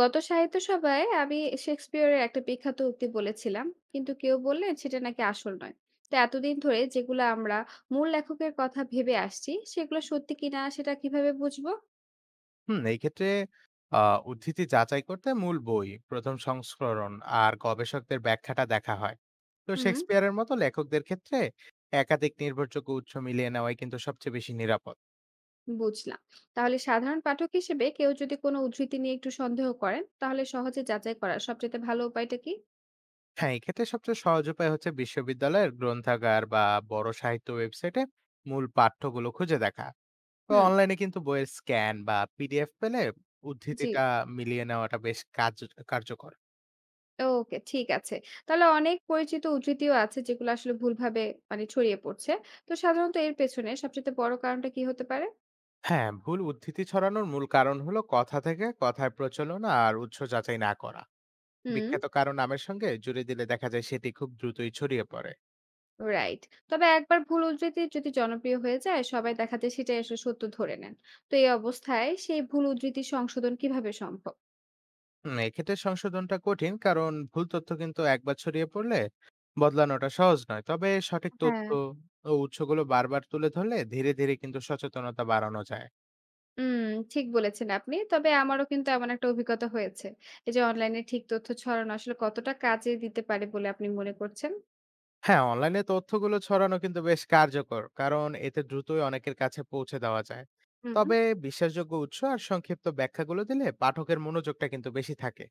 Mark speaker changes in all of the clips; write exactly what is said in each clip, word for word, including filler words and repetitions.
Speaker 1: গত সাহিত্য সভায় আমি শেক্সপিয়রের একটা বিখ্যাত উক্তি বলেছিলাম, কিন্তু কেউ বললেন সেটা নাকি আসল নয়। তো এতদিন ধরে যেগুলো আমরা মূল লেখকের কথা ভেবে আসছি, সেগুলো সত্যি কিনা সেটা কিভাবে বুঝবো?
Speaker 2: হুম, এই ক্ষেত্রে আ উদ্ধৃতি যাচাই করতে মূল বই, প্রথম সংস্করণ আর গবেষকদের ব্যাখ্যাটা দেখা হয়। তো
Speaker 1: হুম।
Speaker 2: শেক্সপিয়ারের মতো লেখকদের ক্ষেত্রে একাধিক নির্ভরযোগ্য উৎস মিলিয়ে নেওয়াই কিন্তু সবচেয়ে বেশি নিরাপদ।
Speaker 1: বুঝলাম। তাহলে সাধারণ পাঠক হিসেবে কেউ যদি কোনো উদ্ধৃতি নিয়ে একটু সন্দেহ করেন, তাহলে সহজে যাচাই করার সবচেয়ে ভালো উপায়টা কি?
Speaker 2: হ্যাঁ, এক্ষেত্রে সবচেয়ে সহজ উপায় হচ্ছে বিশ্ববিদ্যালয়ের গ্রন্থাগার বা বড় সাহিত্য ওয়েবসাইটে মূল পাঠ্যগুলো খুঁজে দেখা। তো
Speaker 1: হুম।
Speaker 2: অনলাইনে কিন্তু বইয়ের স্ক্যান বা পিডিএফ পেলে
Speaker 1: জি।
Speaker 2: উদ্ধৃতিটা মিলিয়ে নেওয়াটা বেশ কার্য কার্যকর।
Speaker 1: ওকে, ঠিক আছে। তাহলে অনেক পরিচিত উদ্ধৃতিও আছে যেগুলো আসলে ভুলভাবে, মানে ছড়িয়ে পড়ছে। তো সাধারণত এর পেছনে সবচেয়ে বড় কারণটা কি হতে পারে?
Speaker 2: হ্যাঁ, ভুল উদ্ধৃতি ছড়ানোর মূল কারণ হলো কথা থেকে কথায় প্রচলন আর উৎস যাচাই না করা।
Speaker 1: হুম।
Speaker 2: বিখ্যাত কারো নামের সঙ্গে জুড়ে দিলে দেখা যায় সেটি খুব দ্রুতই ছড়িয়ে পড়ে।
Speaker 1: রাইট। তবে একবার ভুল উদ্ধৃতি যদি জনপ্রিয় হয়ে যায়, সবাই দেখা যায় সেটাই আসলে সত্য ধরে নেন। তো এই অবস্থায় সেই ভুল উদ্ধৃতি সংশোধন কিভাবে সম্ভব?
Speaker 2: হুম, এক্ষেত্রে সংশোধনটা কঠিন, কারণ ভুল তথ্য কিন্তু একবার ছড়িয়ে পড়লে বদলানোটা সহজ নয়। তবে সঠিক তথ্য
Speaker 1: হ্যাঁ।
Speaker 2: ও উৎসগুলো বারবার তুলে ধরলে ধীরে ধীরে কিন্তু সচেতনতা বাড়ানো যায়।
Speaker 1: উম, ঠিক বলেছেন আপনি। তবে আমারও কিন্তু এমন একটা অভিজ্ঞতা হয়েছে। এই যে অনলাইনে ঠিক তথ্য ছড়ানো আসলে কতটা কাজে দিতে পারে বলে আপনি মনে করছেন?
Speaker 2: হ্যাঁ, অনলাইনে তথ্যগুলো ছড়ানো কিন্তু বেশ কার্যকর। কারণ এতে দ্রুতই অনেকের কাছে পৌঁছে দেওয়া যায়।
Speaker 1: হুম।
Speaker 2: তবে বিশ্বাসযোগ্য উৎস আর সংক্ষিপ্ত ব্যাখ্যাগুলো দিলে পাঠকের মনোযোগটা কিন্তু বেশি থাকে।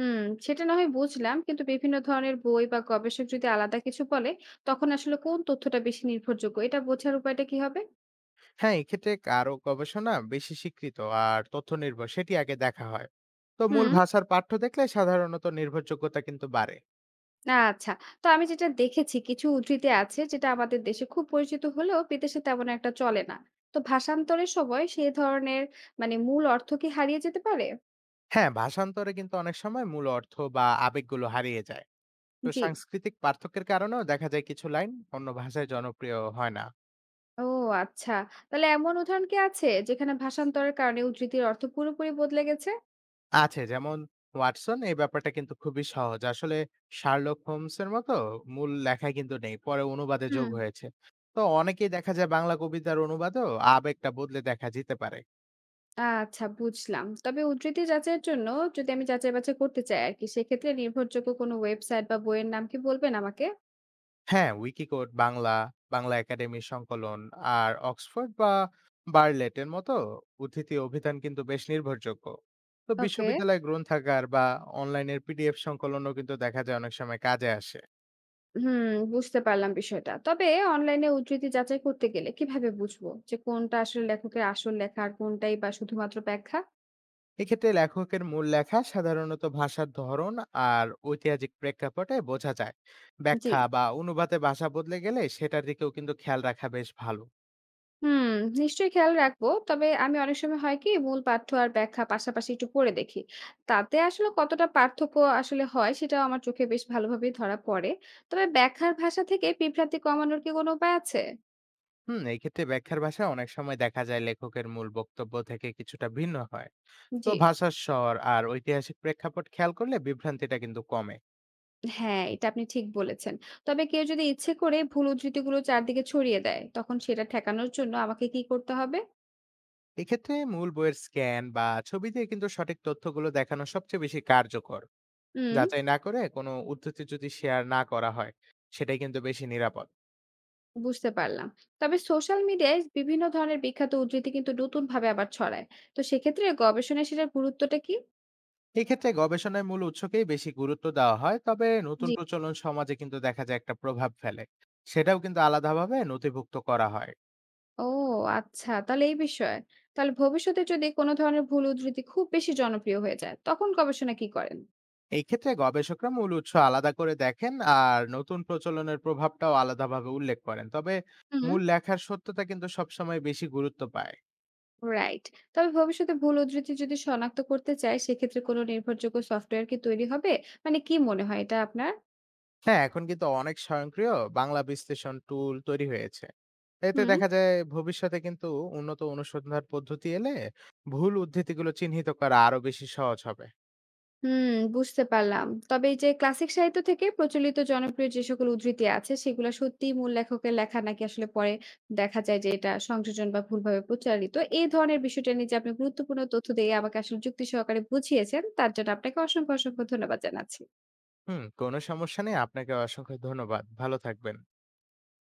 Speaker 1: উম, সেটা না হয় বুঝলাম। কিন্তু বিভিন্ন ধরনের বই বা গবেষক যদি আলাদা কিছু বলে, তখন আসলে কোন তথ্যটা বেশি নির্ভরযোগ্য? এটা বোঝার উপায়টা কি হবে?
Speaker 2: হ্যাঁ, এক্ষেত্রে কারো গবেষণা বেশি স্বীকৃত আর তথ্য নির্ভর সেটি আগে দেখা হয়। তো মূল
Speaker 1: হুম।
Speaker 2: ভাষার পাঠ্য দেখলে সাধারণত নির্ভরযোগ্যতা কিন্তু বাড়ে।
Speaker 1: আচ্ছা। তো আমি যেটা দেখেছি, কিছু উদ্ধৃতি আছে যেটা আমাদের দেশে খুব পরিচিত হলেও বিদেশে তেমন একটা চলে না। তো ভাষান্তরের সময় সেই ধরনের, মানে মূল অর্থ কি হারিয়ে যেতে পারে?
Speaker 2: হ্যাঁ, ভাষান্তরে কিন্তু অনেক সময় মূল অর্থ বা আবেগগুলো হারিয়ে যায়। তো
Speaker 1: জি।
Speaker 2: সাংস্কৃতিক পার্থক্যের কারণেও দেখা যায় কিছু লাইন অন্য ভাষায় জনপ্রিয় হয় না।
Speaker 1: ও, আচ্ছা। তাহলে এমন উদাহরণ কি আছে যেখানে ভাষান্তরের কারণে উদ্ধৃতির অর্থ পুরোপুরি বদলে গেছে?
Speaker 2: আছে। যেমন 'ওয়াটসন' এই ব্যাপারটা কিন্তু খুবই সহজ। আসলে 'শার্লক হোমস'-এর মতো মূল লেখায় কিন্তু নেই। পরে অনুবাদে যোগ
Speaker 1: হুম।
Speaker 2: হয়েছে। তো অনেকেই দেখা যায় বাংলা কবিতার অনুবাদেও আবেগটা বদলে দেখা যেতে পারে।
Speaker 1: আচ্ছা, বুঝলাম। তবে উদ্ধৃতি যাচাইয়ের জন্য, যদি আমি যাচাই বাছাই করতে চাই আরকি, সেক্ষেত্রে নির্ভরযোগ্য কোনো ওয়েবসাইট বা বইয়ের নাম কি বলবেন আমাকে?
Speaker 2: হ্যাঁ, উইকিকোড বাংলা, বাংলা একাডেমির সংকলন আর অক্সফোর্ড বা বার্লেটের মতো উদ্ধৃতি অভিধান কিন্তু বেশ নির্ভরযোগ্য। তো
Speaker 1: ওকে।
Speaker 2: বিশ্ববিদ্যালয় গ্রন্থাগার বা অনলাইনের পিডিএফ সংকলনও কিন্তু দেখা যায় অনেক সময় কাজে আসে।
Speaker 1: হুম, বুঝতে পারলাম বিষয়টা। তবে অনলাইনে উদ্ধৃতি যাচাই করতে গেলে কিভাবে বুঝবো যে কোনটা আসলে লেখকের আসল লেখা আর কোনটাই বা শুধুমাত্র ব্যাখ্যা?
Speaker 2: এক্ষেত্রে লেখকের মূল লেখা সাধারণত ভাষার ধরন আর ঐতিহাসিক প্রেক্ষাপটে বোঝা যায়।
Speaker 1: জি।
Speaker 2: ব্যাখ্যা বা অনুবাদে ভাষা বদলে গেলে সেটার দিকেও কিন্তু খেয়াল রাখা বেশ ভালো।
Speaker 1: হুম, নিশ্চয়ই খেয়াল রাখবো। তবে আমি অনেক সময় হয় কি, মূল পাঠ্য আর ব্যাখ্যা পাশাপাশি একটু পড়ে দেখি। তাতে আসলে কতটা পার্থক্য আসলে হয় সেটাও আমার চোখে বেশ ভালোভাবেই ধরা পড়ে। তবে ব্যাখ্যার ভাষা থেকে বিভ্রান্তি কমানোর কি কোনো উপায় আছে?
Speaker 2: হুম, এই ক্ষেত্রে ব্যাখ্যার ভাষা অনেক সময় দেখা যায় লেখকের মূল বক্তব্য থেকে কিছুটা ভিন্ন হয়। তো
Speaker 1: জি।
Speaker 2: ভাষার স্বর আর ঐতিহাসিক প্রেক্ষাপট খেয়াল করলে বিভ্রান্তিটা কিন্তু কমে।
Speaker 1: হ্যাঁ, এটা আপনি ঠিক বলেছেন। তবে কেউ যদি ইচ্ছে করে ভুল উদ্ধৃতিগুলো চারদিকে ছড়িয়ে দেয়, তখন সেটা ঠেকানোর জন্য আমাকে কি করতে হবে?
Speaker 2: এক্ষেত্রে মূল বইয়ের স্ক্যান বা ছবি দিয়ে কিন্তু সঠিক তথ্যগুলো দেখানো সবচেয়ে বেশি কার্যকর।
Speaker 1: হুম,
Speaker 2: যাচাই না করে কোনো উদ্ধৃতি যদি শেয়ার না করা হয় সেটাই কিন্তু বেশি নিরাপদ।
Speaker 1: বুঝতে পারলাম। তবে সোশ্যাল মিডিয়ায় বিভিন্ন ধরনের বিখ্যাত উদ্ধৃতি কিন্তু নতুনভাবে আবার ছড়ায়। তো সেক্ষেত্রে গবেষণায় সেটার গুরুত্বটা কি?
Speaker 2: এক্ষেত্রে গবেষণায় মূল উৎসকেই বেশি গুরুত্ব দেওয়া হয়, তবে নতুন
Speaker 1: জি।
Speaker 2: প্রচলন সমাজে কিন্তু দেখা যায় একটা প্রভাব ফেলে। সেটাও কিন্তু আলাদাভাবে নথিভুক্ত করা হয়।
Speaker 1: ও, আচ্ছা, তাহলে এই বিষয়। তাহলে ভবিষ্যতে যদি কোনো ধরনের ভুল উদ্ধৃতি খুব বেশি জনপ্রিয় হয়ে যায়, তখন গবেষণা কি করেন?
Speaker 2: এই ক্ষেত্রে গবেষকরা মূল উৎস আলাদা করে দেখেন আর নতুন প্রচলনের প্রভাবটাও আলাদাভাবে উল্লেখ করেন, তবে
Speaker 1: হুম।
Speaker 2: মূল লেখার সত্যতা কিন্তু সবসময় বেশি গুরুত্ব পায়।
Speaker 1: রাইট। তবে ভবিষ্যতে ভুল উদ্ধৃতি যদি শনাক্ত করতে চায় সেক্ষেত্রে কোনো নির্ভরযোগ্য সফটওয়্যার কি তৈরি হবে, মানে কি মনে হয় এটা আপনার?
Speaker 2: হ্যাঁ, এখন কিন্তু অনেক স্বয়ংক্রিয় বাংলা বিশ্লেষণ টুল তৈরি হয়েছে। এতে
Speaker 1: হুম
Speaker 2: দেখা যায় ভবিষ্যতে কিন্তু উন্নত অনুসন্ধান পদ্ধতি এলে ভুল উদ্ধৃতিগুলো চিহ্নিত করা আরো বেশি সহজ হবে।
Speaker 1: হুম বুঝতে পারলাম। তবে এই যে ক্লাসিক সাহিত্য থেকে প্রচলিত জনপ্রিয় যে সকল উদ্ধৃতি আছে সেগুলো সত্যি মূল লেখকের লেখা নাকি আসলে পরে দেখা যায় যে এটা সংযোজন বা ভুলভাবে প্রচারিত, এই ধরনের বিষয়টা নিয়ে যে আপনি গুরুত্বপূর্ণ তথ্য দিয়ে আমাকে আসলে যুক্তি সহকারে বুঝিয়েছেন, তার জন্য আপনাকে অসংখ্য অসংখ্য ধন্যবাদ জানাচ্ছি।
Speaker 2: হুম, কোনো সমস্যা নেই। আপনাকে অসংখ্য ধন্যবাদ, ভালো থাকবেন।